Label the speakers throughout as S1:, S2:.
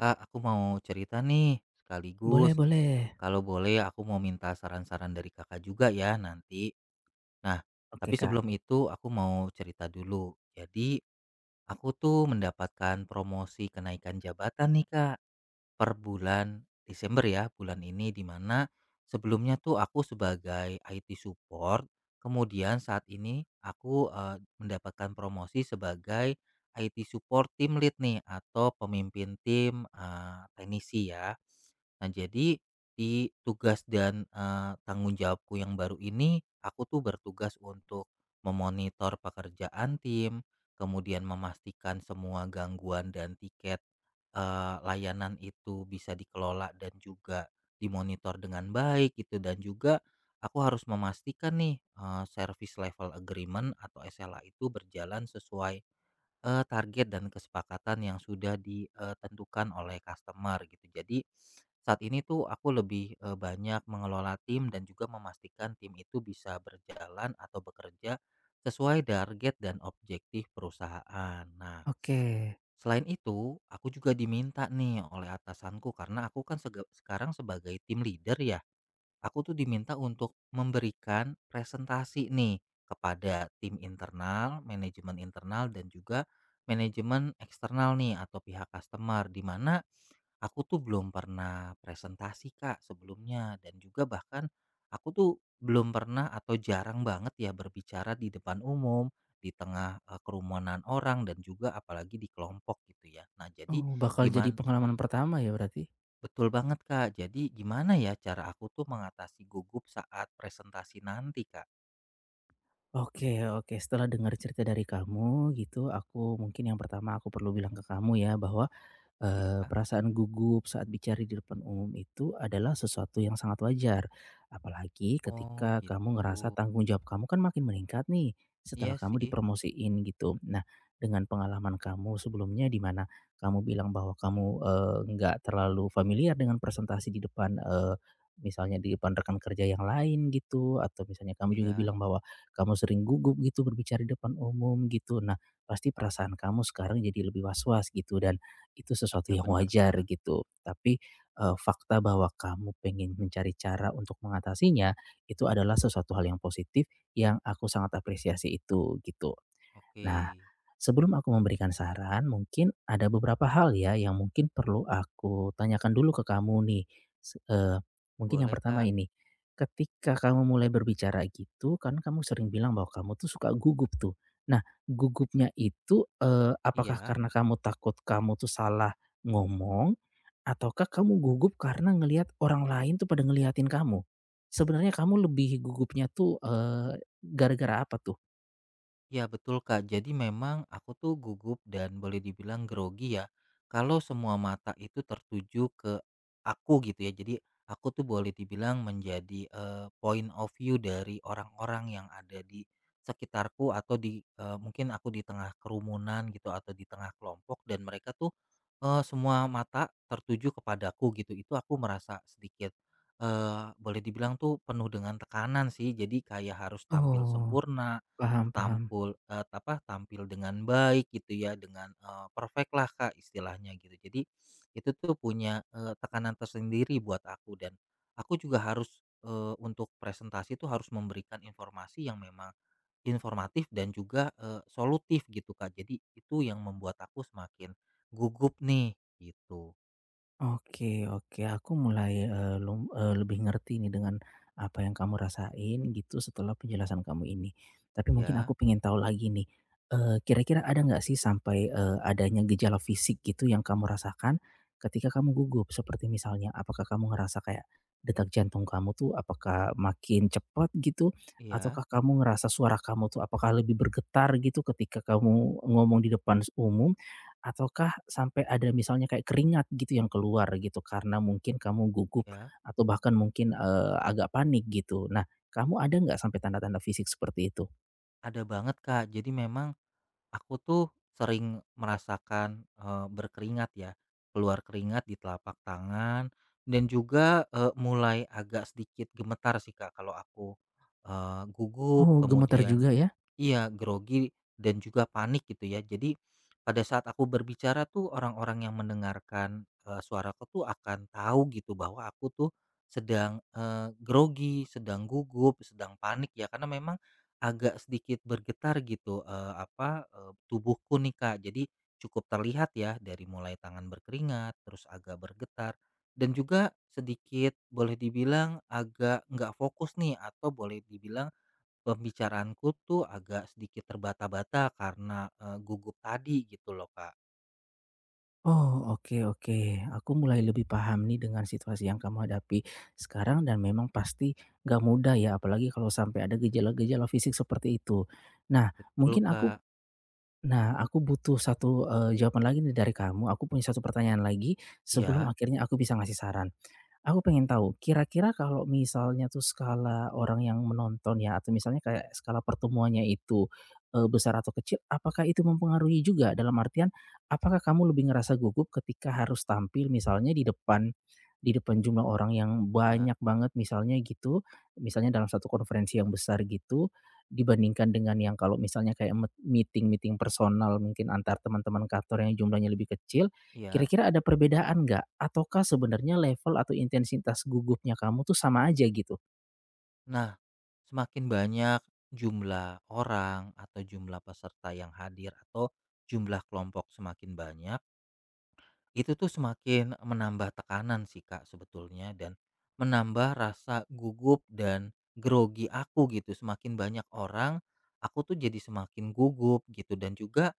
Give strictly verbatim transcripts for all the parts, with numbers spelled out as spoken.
S1: Kak, aku mau cerita nih sekaligus
S2: Boleh boleh.
S1: kalau boleh aku mau minta saran-saran dari kakak juga ya nanti. Nah, tapi
S2: Oke, Kak.
S1: sebelum itu aku mau cerita dulu. Jadi, aku tuh mendapatkan promosi kenaikan jabatan nih kak. Per bulan Desember ya, bulan ini, di mana sebelumnya tuh aku sebagai I T support, kemudian saat ini aku eee, mendapatkan promosi sebagai I T support team lead nih atau pemimpin tim, eee, teknisi ya. Nah, jadi di tugas dan, eee, tanggung jawabku yang baru ini, aku tuh bertugas untuk memonitor pekerjaan tim, kemudian memastikan semua gangguan dan tiket eee, layanan itu bisa dikelola dan juga dimonitor dengan baik gitu, dan juga aku harus memastikan nih, eee, service level agreement atau S L A itu berjalan sesuai, eee, target dan kesepakatan yang sudah ditentukan oleh customer gitu. Jadi saat ini tuh aku lebih, eee, banyak mengelola tim dan juga memastikan tim itu bisa berjalan atau bekerja sesuai target dan objektif perusahaan. Nah,
S2: Oke.
S1: selain itu, aku juga diminta nih oleh atasanku karena aku kan sege- sekarang sebagai tim leader ya. Aku tuh diminta untuk memberikan presentasi nih kepada tim internal, manajemen internal dan juga manajemen eksternal nih atau pihak customer, di mana aku tuh belum pernah presentasi, Kak, sebelumnya, dan juga bahkan aku tuh belum pernah atau jarang banget ya berbicara di depan umum, di tengah eh, kerumunan orang dan juga apalagi di kelompok gitu ya. Nah,
S2: Oh,
S1: jadi
S2: bakal jadi
S1: gimana.
S2: pengalaman pertama ya berarti?
S1: Betul banget, Kak. Jadi gimana ya cara aku tuh mengatasi gugup saat presentasi nanti, Kak?
S2: Oke oke, setelah dengar cerita dari kamu gitu, aku mungkin yang pertama aku perlu bilang ke kamu ya bahwa eee,
S1: Iya.
S2: perasaan gugup saat bicara di depan umum itu adalah sesuatu yang sangat wajar. Apalagi
S1: Oh,
S2: ketika kamu
S1: gitu.
S2: ngerasa tanggung jawab kamu kan makin meningkat nih, setelah
S1: Iya
S2: kamu
S1: sih.
S2: dipromosiin gitu. Nah, dengan pengalaman kamu sebelumnya di mana kamu bilang bahwa kamu, eee, nggak terlalu familiar dengan presentasi di depan, eee, misalnya di depan rekan kerja yang lain gitu, atau misalnya kamu juga
S1: Iya.
S2: bilang bahwa kamu sering gugup gitu berbicara di depan umum gitu. Nah, pasti perasaan kamu sekarang jadi lebih was-was gitu dan itu sesuatu
S1: Iya,
S2: yang
S1: benar
S2: wajar
S1: Kak.
S2: gitu. Tapi, eee, fakta bahwa kamu pengen mencari cara untuk mengatasinya, itu adalah sesuatu hal yang positif yang aku sangat apresiasi itu, gitu.
S1: Oke.
S2: Nah, sebelum aku memberikan saran, mungkin ada beberapa hal ya yang mungkin perlu aku tanyakan dulu ke kamu nih. Se- eh, Mungkin yang
S1: Boleh
S2: pertama
S1: Kak.
S2: ini, ketika kamu mulai berbicara gitu, kan kamu sering bilang bahwa kamu tuh suka gugup tuh. Nah, gugupnya itu eh, apakah
S1: Iya.
S2: karena kamu takut kamu tuh salah ngomong, ataukah kamu gugup karena ngelihat orang lain tuh pada ngeliatin kamu? Sebenarnya kamu lebih gugupnya tuh eh, gara-gara apa tuh?
S1: Ya betul, Kak, jadi memang aku tuh gugup dan boleh dibilang grogi ya. Kalau semua mata itu tertuju ke aku gitu ya. Jadi aku tuh boleh dibilang menjadi eh, point of view dari orang-orang yang ada di sekitarku atau di eh, mungkin aku di tengah kerumunan gitu atau di tengah kelompok, dan mereka tuh eh, semua mata tertuju kepadaku gitu. Itu aku merasa sedikit eh, boleh dibilang tuh penuh dengan tekanan sih. Jadi kayak harus tampil
S2: Oh,
S1: sempurna,
S2: paham, paham.
S1: tampil eee, apa, tampil dengan baik gitu ya, dengan, eh, perfect lah, Kak, istilahnya gitu. Jadi itu tuh punya, eee, tekanan tersendiri buat aku, dan aku juga harus, eee, untuk presentasi tuh harus memberikan informasi yang memang informatif dan juga, eee, solutif gitu, Kak. Jadi itu yang membuat aku semakin gugup nih, gitu.
S2: Oke oke, aku mulai, eee, lum eee, lebih ngerti nih dengan apa yang kamu rasain gitu setelah penjelasan kamu ini. Tapi mungkin
S1: Ya.
S2: aku pengen tahu lagi nih, eee, kira-kira ada nggak sih sampai, eee, adanya gejala fisik gitu yang kamu rasakan ketika kamu gugup? Seperti misalnya apakah kamu ngerasa kayak detak jantung kamu tuh apakah makin cepat gitu?
S1: Iya
S2: Ataukah kamu ngerasa suara kamu tuh apakah lebih bergetar gitu ketika kamu ngomong di depan umum? Ataukah sampai ada misalnya kayak keringat gitu yang keluar gitu karena mungkin kamu gugup
S1: iya,
S2: atau bahkan mungkin, eee, agak panik gitu. Nah, kamu ada nggak sampai tanda-tanda fisik seperti itu?
S1: ada banget Kak. Jadi memang aku tuh sering merasakan, eee, berkeringat ya, keluar keringat di telapak tangan dan juga, eee, mulai agak sedikit gemetar sih, Kak, kalau aku, eee, gugup,
S2: Oh, gemetar
S1: kemudian
S2: juga ya?
S1: iya, grogi dan juga panik gitu ya. Jadi pada saat aku berbicara tuh orang-orang yang mendengarkan, eee, suaraku tuh akan tahu gitu bahwa aku tuh sedang, eee, grogi, sedang gugup, sedang panik ya, karena memang agak sedikit bergetar gitu, eee, apa, eee, tubuhku nih, Kak. Jadi cukup terlihat ya, dari mulai tangan berkeringat, terus agak bergetar dan juga sedikit boleh dibilang agak nggak fokus nih, atau boleh dibilang pembicaraanku tuh agak sedikit terbata-bata karena, eee, gugup tadi gitu loh, Kak.
S2: Oh, oke oke. Aku mulai lebih paham nih dengan situasi yang kamu hadapi sekarang dan memang pasti nggak mudah ya, apalagi kalau sampai ada gejala-gejala fisik seperti itu. Nah,
S1: Betul,
S2: mungkin aku
S1: Kak.
S2: nah, aku butuh satu, eee, jawaban lagi nih dari kamu. Aku punya satu pertanyaan lagi sebelum
S1: Iya
S2: akhirnya aku bisa ngasih saran. Aku pengen tahu, kira-kira kalau misalnya tuh skala orang yang menonton ya, atau misalnya kayak skala pertemuannya itu, eee, besar atau kecil, apakah itu mempengaruhi juga? Dalam artian, apakah kamu lebih ngerasa gugup ketika harus tampil misalnya di depan di depan jumlah orang yang
S1: iya
S2: banyak banget misalnya gitu, misalnya dalam satu konferensi yang besar gitu, dibandingkan dengan yang kalau misalnya kayak met meeting-meeting personal mungkin antar teman-teman kantor yang jumlahnya lebih kecil,
S1: iya.
S2: kira-kira ada perbedaan nggak? Ataukah sebenarnya level atau intensitas gugupnya kamu tuh sama aja gitu?
S1: Nah, semakin banyak jumlah orang atau jumlah peserta yang hadir atau jumlah kelompok semakin banyak, itu tuh semakin menambah tekanan sih, Kak, sebetulnya, dan menambah rasa gugup dan grogi aku gitu. Semakin banyak orang, aku tuh jadi semakin gugup gitu, dan juga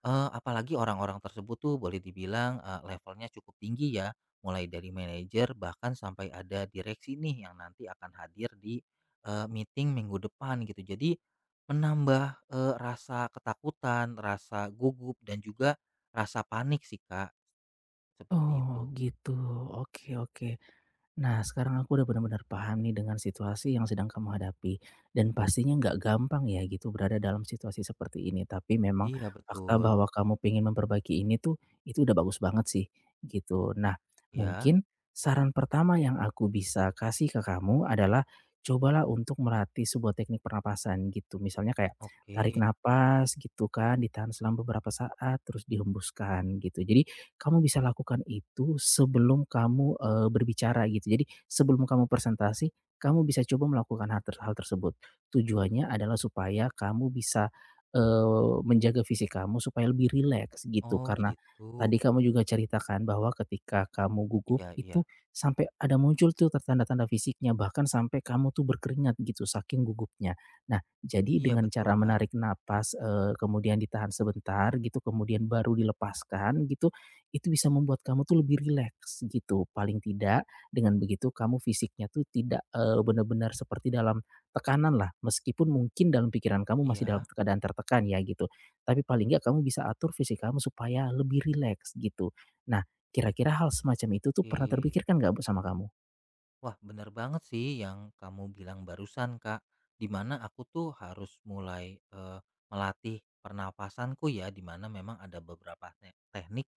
S1: Eee, apalagi orang-orang tersebut tuh boleh dibilang, eee, levelnya cukup tinggi ya, mulai dari manajer bahkan sampai ada direksi nih yang nanti akan hadir di, eee, meeting minggu depan gitu. Jadi menambah, eee, rasa ketakutan, rasa gugup dan juga rasa panik sih, Kak, seperti
S2: Oh
S1: itu.
S2: gitu, oke oke. Nah, sekarang aku udah benar-benar paham nih dengan situasi yang sedang kamu hadapi. Dan pastinya nggak gampang ya gitu berada dalam situasi seperti ini. Tapi memang
S1: Iya
S2: fakta
S1: betul.
S2: bahwa kamu pengen memperbaiki ini tuh, itu udah bagus banget sih gitu. Nah,
S1: Ya.
S2: mungkin saran pertama yang aku bisa kasih ke kamu adalah cobalah untuk melatih sebuah teknik pernapasan gitu. Misalnya kayak tarik
S1: Oke.
S2: napas gitu kan, ditahan selama beberapa saat, terus dihembuskan gitu. Jadi kamu bisa lakukan itu sebelum kamu, eee, berbicara gitu. Jadi sebelum kamu presentasi, kamu bisa coba melakukan hal ter hal tersebut. Tujuannya adalah supaya kamu bisa, eee, menjaga fisik kamu supaya lebih rileks gitu.
S1: Oh,
S2: Karena
S1: gitu.
S2: tadi kamu juga ceritakan bahwa ketika kamu gugup
S1: Iya
S2: itu
S1: iya.
S2: sampai ada muncul tuh tanda-tanda fisiknya, bahkan sampai kamu tuh berkeringat gitu saking gugupnya. Nah, jadi
S1: Iya
S2: dengan
S1: betul,
S2: cara
S1: Kak.
S2: menarik napas, eee, kemudian ditahan sebentar gitu, kemudian baru dilepaskan gitu, itu bisa membuat kamu tuh lebih rileks gitu, paling tidak dengan begitu kamu fisiknya tuh tidak, eee, benar-benar seperti dalam tekanan lah, meskipun mungkin dalam pikiran kamu masih dalam
S1: Iya,
S2: keadaan tertekan ya gitu, tapi paling nggak kamu bisa atur fisik kamu supaya lebih rileks gitu. Nah, kira-kira hal semacam itu tuh
S1: oke.
S2: pernah terpikirkan nggak sama kamu?
S1: Wah, bener banget sih yang kamu bilang barusan, Kak. Di mana aku tuh harus mulai eh, melatih pernapasanku ya, di mana memang ada beberapa te- teknik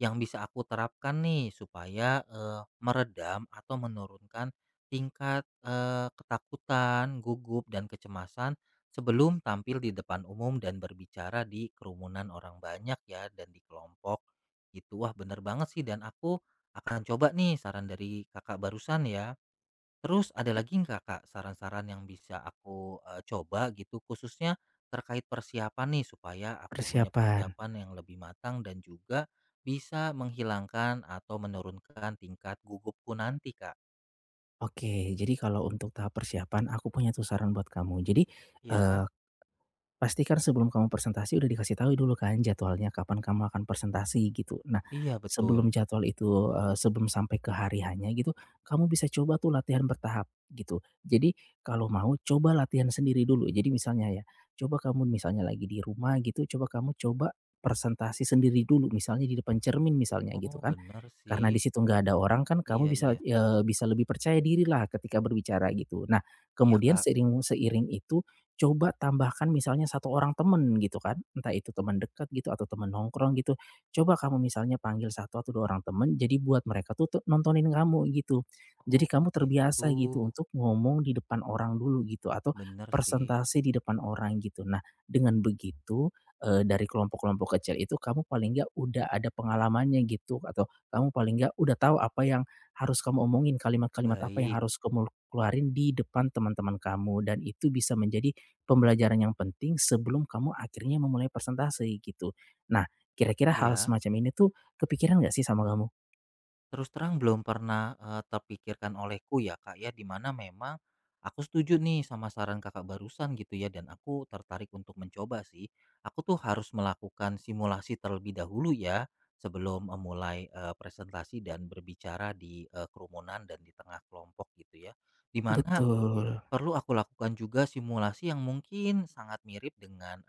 S1: yang bisa aku terapkan nih supaya eh, meredam atau menurunkan tingkat eh, ketakutan, gugup dan kecemasan sebelum tampil di depan umum dan berbicara di kerumunan orang banyak ya, dan di kelompok. Itu, wah, bener banget sih, dan aku akan coba nih saran dari kakak barusan ya. Terus ada lagi nggak, Kak, saran-saran yang bisa aku, eee, coba gitu, khususnya terkait persiapan nih supaya aku punya
S2: Persiapan,
S1: persiapan yang lebih matang dan juga bisa menghilangkan atau menurunkan tingkat gugupku nanti, Kak?
S2: oke. Jadi kalau untuk tahap persiapan aku punya tuh saran buat kamu. Jadi,
S1: Ya.
S2: eee pastikan sebelum kamu presentasi udah dikasih tahu dulu kan jadwalnya kapan kamu akan presentasi gitu. Nah,
S1: Iya betul.
S2: sebelum jadwal itu, eee, sebelum sampai ke hari hanya gitu, kamu bisa coba tuh latihan bertahap gitu. Jadi kalau mau coba latihan sendiri dulu. Jadi misalnya ya, coba kamu misalnya lagi di rumah gitu, coba kamu coba presentasi sendiri dulu, misalnya di depan cermin misalnya
S1: Oh
S2: gitu kan.
S1: bener sih.
S2: Karena di situ nggak ada orang kan kamu
S1: Iya
S2: bisa,
S1: iya.
S2: eee, bisa lebih percaya diri lah ketika berbicara gitu. Nah,
S1: Iya,
S2: kemudian
S1: Kak.
S2: seiring seiring itu coba tambahkan misalnya satu orang temen gitu kan, entah itu teman dekat gitu atau teman nongkrong gitu. Coba kamu misalnya panggil satu atau dua orang temen, jadi buat mereka tuh te nontonin kamu gitu.
S1: Oh,
S2: Jadi kamu terbiasa gitu
S1: gitu.
S2: untuk ngomong di depan orang dulu gitu atau
S1: Bener sih.
S2: presentasi di depan orang gitu. Nah, dengan begitu, eee, dari kelompok-kelompok kecil itu kamu paling nggak udah ada pengalamannya gitu atau kamu paling nggak udah tahu apa yang harus kamu omongin, kalimat-kalimat apa yang
S1: Baik.
S2: harus kamu keluarin di depan teman-teman kamu, dan itu bisa menjadi pembelajaran yang penting sebelum kamu akhirnya memulai presentasi gitu. Nah, kira-kira hal
S1: Iya.
S2: semacam ini tuh kepikiran nggak sih sama kamu?
S1: Terus terang belum pernah, eee, terpikirkan olehku ya, Kak, ya, di mana memang aku setuju nih sama saran Kakak barusan gitu ya, dan aku tertarik untuk mencoba sih. Aku tuh harus melakukan simulasi terlebih dahulu ya, sebelum memulai, eee, presentasi dan berbicara di, eee, kerumunan dan di tengah kelompok gitu ya. Di mana
S2: Betul,
S1: perlu aku lakukan juga simulasi yang mungkin sangat mirip dengan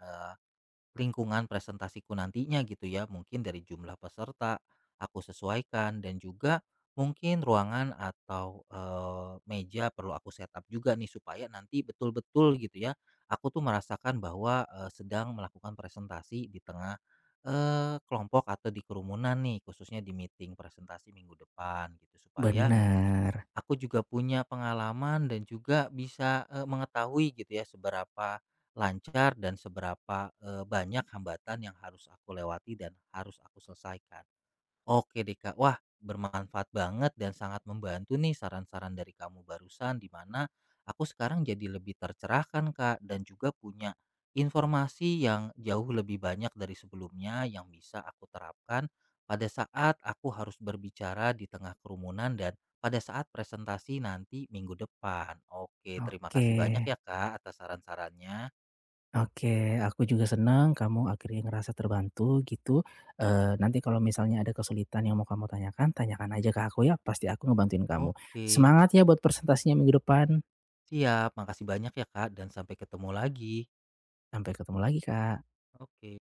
S1: lingkungan presentasiku nantinya gitu ya, mungkin dari jumlah peserta aku sesuaikan, dan juga mungkin ruangan atau eh, meja perlu aku setup juga nih supaya nanti betul-betul gitu ya aku tuh merasakan bahwa eh, sedang melakukan presentasi di tengah eh, kelompok atau di kerumunan nih, khususnya di meeting presentasi minggu depan gitu, supaya
S2: benar
S1: aku juga punya pengalaman dan juga bisa, eee, mengetahui gitu ya seberapa lancar dan seberapa, eee, banyak hambatan yang harus aku lewati dan harus aku selesaikan. Oke deh Kak, wah, bermanfaat banget dan sangat membantu nih saran-saran dari kamu barusan, di mana aku sekarang jadi lebih tercerahkan, Kak, dan juga punya informasi yang jauh lebih banyak dari sebelumnya yang bisa aku terapkan pada saat aku harus berbicara di tengah kerumunan dan pada saat presentasi nanti minggu depan. Oke, terima
S2: oke.
S1: kasih banyak ya Kak atas saran-sarannya.
S2: Oke, aku juga senang kamu akhirnya ngerasa terbantu gitu. Eee, nanti kalau misalnya ada kesulitan yang mau kamu tanyakan, tanyakan aja ke aku ya, pasti aku ngebantuin kamu.
S1: Oke,
S2: Semangat ya buat presentasinya minggu depan.
S1: siap. Makasih banyak ya Kak, dan sampai ketemu lagi.
S2: Sampai ketemu lagi, Kak.
S1: Oke.